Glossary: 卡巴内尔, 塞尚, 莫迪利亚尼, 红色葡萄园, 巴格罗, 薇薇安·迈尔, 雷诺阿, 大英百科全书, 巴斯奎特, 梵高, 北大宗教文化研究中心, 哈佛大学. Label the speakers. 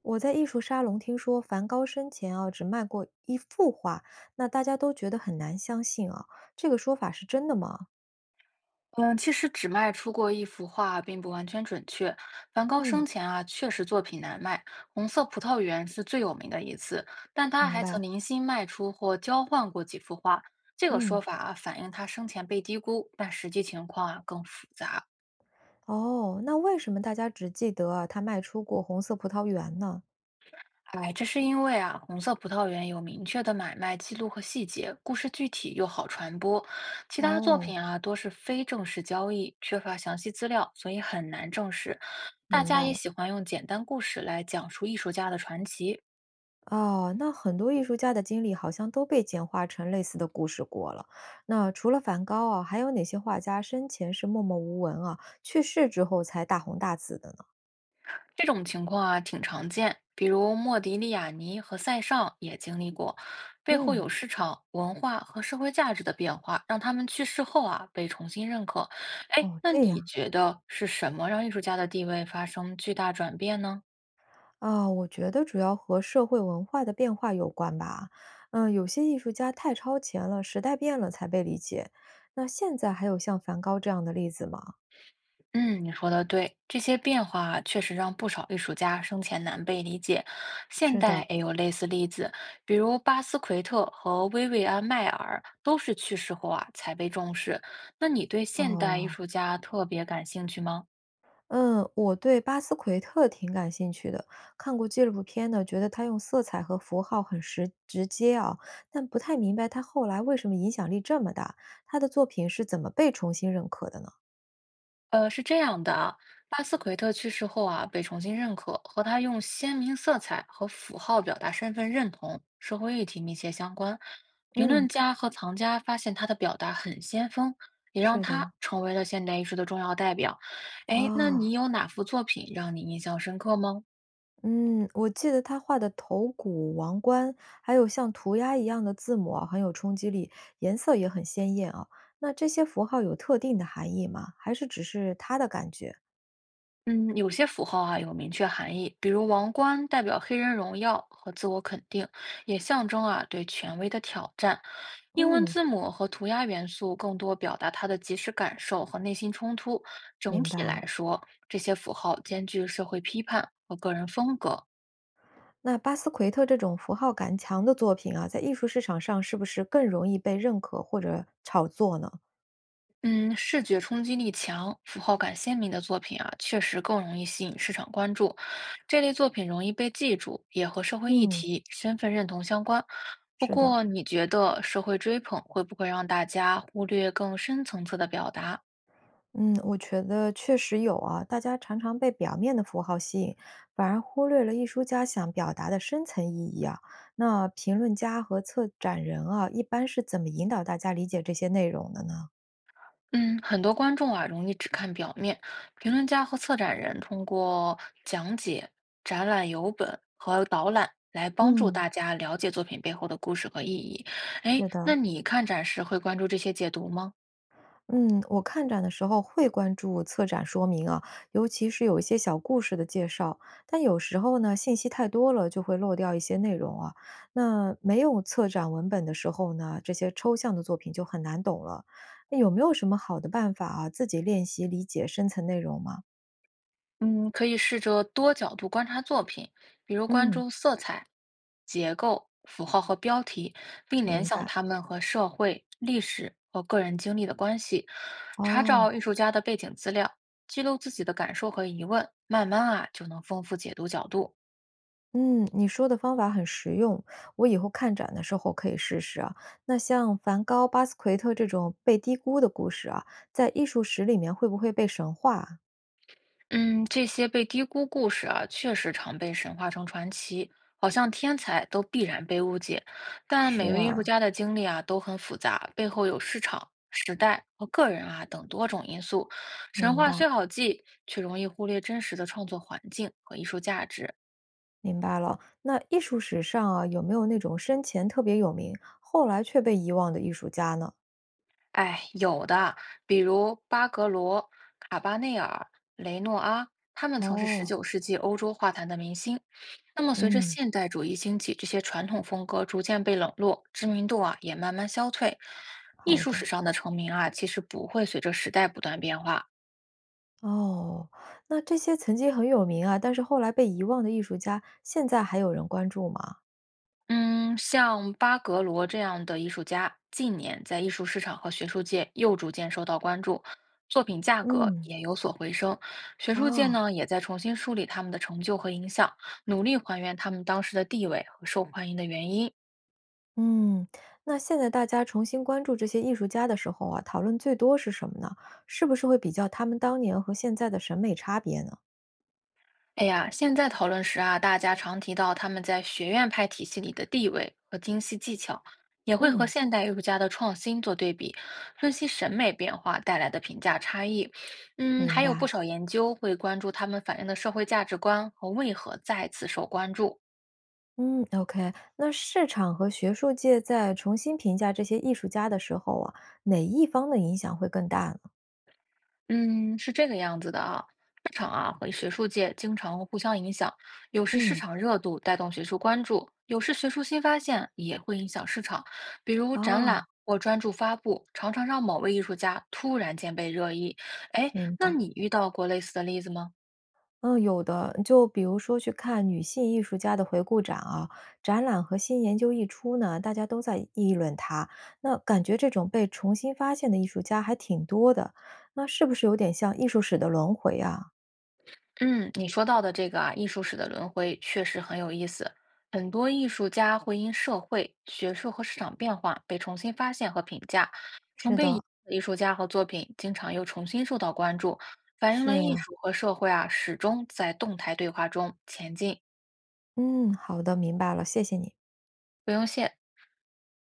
Speaker 1: 我在艺术沙龙听说梵高生前啊只卖过一幅画，那大家都觉得很难相信啊，这个说法是真的吗？
Speaker 2: 嗯，其实只卖出过一幅画，并不完全准确。梵高
Speaker 1: 嗯，
Speaker 2: 生前啊，确实作品难卖，《红色葡萄园》是最有名的一次，但他
Speaker 1: 明
Speaker 2: 还曾
Speaker 1: 白。
Speaker 2: 零星卖出或交换过几幅画。这个说
Speaker 1: 嗯，
Speaker 2: 法啊，反映他生前被低估，但实际情况啊更复杂。
Speaker 1: 哦，那为什么大家只记得啊他卖出过红色葡萄园呢？
Speaker 2: 哎，这是因为啊，红色葡萄园有明确的买卖记录和细节，故事具体又好传播。其他作
Speaker 1: 哦，
Speaker 2: 品啊，多是非正式交易，缺乏详细资料，所以很难证实。大
Speaker 1: 明
Speaker 2: 家
Speaker 1: 白
Speaker 2: 也
Speaker 1: 了。
Speaker 2: 喜欢用简单故事来讲述艺术家的传奇，
Speaker 1: 哦，那很多艺术家的经历好像都被简化成类似的故事过了。那除了梵高啊，还有哪些画家生前是默默无闻啊，去世之后才大红大紫的呢？
Speaker 2: 这种情况啊挺常见，比如莫迪利亚尼和塞尚也经历过，背后
Speaker 1: 嗯，
Speaker 2: 有市场、文化和社会价值的变化，让他们去世后啊被重新认可。哎，
Speaker 1: 哦，
Speaker 2: 那
Speaker 1: 这
Speaker 2: 你
Speaker 1: 样。
Speaker 2: 觉得是什么让艺术家的地位发生巨大转变呢？
Speaker 1: 我觉得主要和社会文化的变化有关吧。嗯，有些艺术家太超前了，时代变了才被理解。那现在还有像梵高这样的例子吗？
Speaker 2: 嗯，你说的对，这些变化啊确实让不少艺术家生前难被理解。现
Speaker 1: 是
Speaker 2: 代
Speaker 1: 的，
Speaker 2: 也有类似例子，比如巴斯奎特和薇薇安·迈尔都是去世后啊才被重视。那你对现代艺
Speaker 1: 哦，
Speaker 2: 术家特别感兴趣吗？
Speaker 1: 嗯，我对巴斯奎特挺感兴趣的，看过纪录片呢，觉得他用色彩和符号很实直接啊，但不太明白他后来为什么影响力这么大，他的作品是怎么被重新认可的呢？
Speaker 2: 是这样的啊，巴斯奎特去世后啊，被重新认可，和他用鲜明色彩和符号表达身份认同、社会议题密切相关。评
Speaker 1: 嗯，
Speaker 2: 论家和藏家发现他的表达很先锋，也让
Speaker 1: 是的，
Speaker 2: 他成为了现代艺术的重要代表。哎，那
Speaker 1: 啊、
Speaker 2: 你有哪幅作品让你印象深刻吗？
Speaker 1: 嗯，我记得他画的头骨、王冠，还有像涂鸦一样的字母啊，很有冲击力，颜色也很鲜艳啊。那这些符号有特定的含义吗？还是只是他的感觉？
Speaker 2: 嗯，有些符号啊有明确含义，比如王冠代表黑人荣耀和自我肯定，也象征啊对权威的挑战。英文
Speaker 1: 嗯，
Speaker 2: 字母和涂鸦元素更多表达他的即时感受和内心冲突。整
Speaker 1: 明
Speaker 2: 体
Speaker 1: 白
Speaker 2: 来
Speaker 1: 了。
Speaker 2: 说，这些符号兼具社会批判和个人风格。
Speaker 1: 那巴斯奎特这种符号感强的作品啊，在艺术市场上是不是更容易被认可或者炒作呢？
Speaker 2: 嗯，视觉冲击力强、符号感鲜明的作品啊，确实更容易吸引市场关注。这类作品容易被记住，也和社会议
Speaker 1: 嗯，
Speaker 2: 题、身份认同相关。不
Speaker 1: 是的。
Speaker 2: 过，你觉得社会追捧会不会让大家忽略更深层次的表达？
Speaker 1: 嗯，我觉得确实有啊，大家常常被表面的符号吸引，反而忽略了艺术家想表达的深层意义啊。那评论家和策展人啊，一般是怎么引导大家理解这些内容的呢？
Speaker 2: 嗯，很多观众啊，容易只看表面。评论家和策展人通过讲解、展览游本和导览来帮助
Speaker 1: 嗯，
Speaker 2: 大家了解作品背后的故事和意义。哎，
Speaker 1: 是
Speaker 2: 那
Speaker 1: 的。
Speaker 2: 你看展时会关注这些解读吗？
Speaker 1: 嗯，我看展的时候会关注策展说明啊，尤其是有一些小故事的介绍，但有时候呢，信息太多了，就会漏掉一些内容啊。那没有策展文本的时候呢，这些抽象的作品就很难懂了。那有没有什么好的办法啊，自己练习理解深层内容吗？
Speaker 2: 嗯，可以试着多角度观察作品，比如关
Speaker 1: 嗯，
Speaker 2: 注色彩、结构、符号和标题，并联
Speaker 1: 明
Speaker 2: 想
Speaker 1: 白。
Speaker 2: 它们和社会、历史和个人经历的关系，查
Speaker 1: 哦。
Speaker 2: 找艺术家的背景资料，记录自己的感受和疑问，慢慢啊就能丰富解读角度。
Speaker 1: 嗯，你说的方法很实用，我以后看展的时候可以试试啊。那像梵高、巴斯奎特这种被低估的故事啊，在艺术史里面会不会被神化啊？
Speaker 2: 嗯，这些被低估故事啊，确实常被神话成传奇，好像天才都必然被误解。但
Speaker 1: 是
Speaker 2: 每位艺
Speaker 1: 啊，
Speaker 2: 术家的经历啊，都很复杂，背后有市场、时代和个人啊等多种因素。神
Speaker 1: 明
Speaker 2: 话
Speaker 1: 白
Speaker 2: 虽好记，却容易忽略真实的创作环境和艺术价值。
Speaker 1: 明白了。那艺术史上啊，有没有那种生前特别有名，后来却被遗忘的艺术家呢？
Speaker 2: 哎，有的，比如巴格罗、卡巴内尔、雷诺阿，他们曾是十
Speaker 1: 哦，
Speaker 2: 九世纪欧洲画坛的明星。那么，随着
Speaker 1: 嗯，
Speaker 2: 现代主义兴起，这些传统风格逐渐被冷落，知名度啊也慢慢消退。艺
Speaker 1: 好
Speaker 2: 术
Speaker 1: 的。
Speaker 2: 史上的成名啊，其实不会随着时代不断变化，
Speaker 1: 哦，那这些曾经很有名啊，但是后来被遗忘的艺术家，现在还有人关注吗？
Speaker 2: 嗯，像巴格罗这样的艺术家，近年在艺术市场和学术界又逐渐受到关注，作品价格
Speaker 1: 嗯，
Speaker 2: 也有所回升。学术界
Speaker 1: 哦。
Speaker 2: 呢，也在重新梳理他们的成就和影响，努力还原他们当时的地位和受欢迎的原因。
Speaker 1: 嗯，那现在大家重新关注这些艺术家的时候啊，讨论最多是什么呢？是不是会比较他们当年和现在的审美差别呢？
Speaker 2: 哎呀，现在讨论时啊，大家常提到他们在学院派体系里的地位和精细技巧，也会和
Speaker 1: 嗯，
Speaker 2: 现代艺术家的创新做对比，分析审美变化带来的评价差异。嗯，
Speaker 1: 明
Speaker 2: 还有不
Speaker 1: 白。
Speaker 2: 少研究会关注他们反映的社会价值观和为何再次受关注。
Speaker 1: 嗯，OK，那市场和学术界在重新评价这些艺术家的时候啊，哪一方的影响会更大呢？
Speaker 2: 嗯，是这个样子的啊。市场啊和学术界经常互相影响，有时市
Speaker 1: 嗯，
Speaker 2: 场热度带动学术关注，有时学术新发现也会影响市场。比如展览
Speaker 1: 哦，
Speaker 2: 或专著发布，常常让某位艺术家突然间被热议。哎，
Speaker 1: 明
Speaker 2: 那
Speaker 1: 白。
Speaker 2: 你遇到过类似的例子吗？
Speaker 1: 嗯，有的。就比如说去看女性艺术家的回顾展啊，展览和新研究一出呢，大家都在议论她。那感觉这种被重新发现的艺术家还挺多的，那是不是有点像艺术史的轮回啊？
Speaker 2: 嗯，你说到的这个啊，艺术史的轮回确实很有意思。很多艺术家会因社会、学术和市场变化被重新发现和评价，曾
Speaker 1: 是
Speaker 2: 被遗
Speaker 1: 的，
Speaker 2: 忘的艺术家和作品经常又重新受到关注，反映
Speaker 1: 是
Speaker 2: 了艺
Speaker 1: 啊，
Speaker 2: 术和社会啊始终在动态对话中前进，
Speaker 1: 嗯，好的，明白了，谢谢你。
Speaker 2: 不用谢。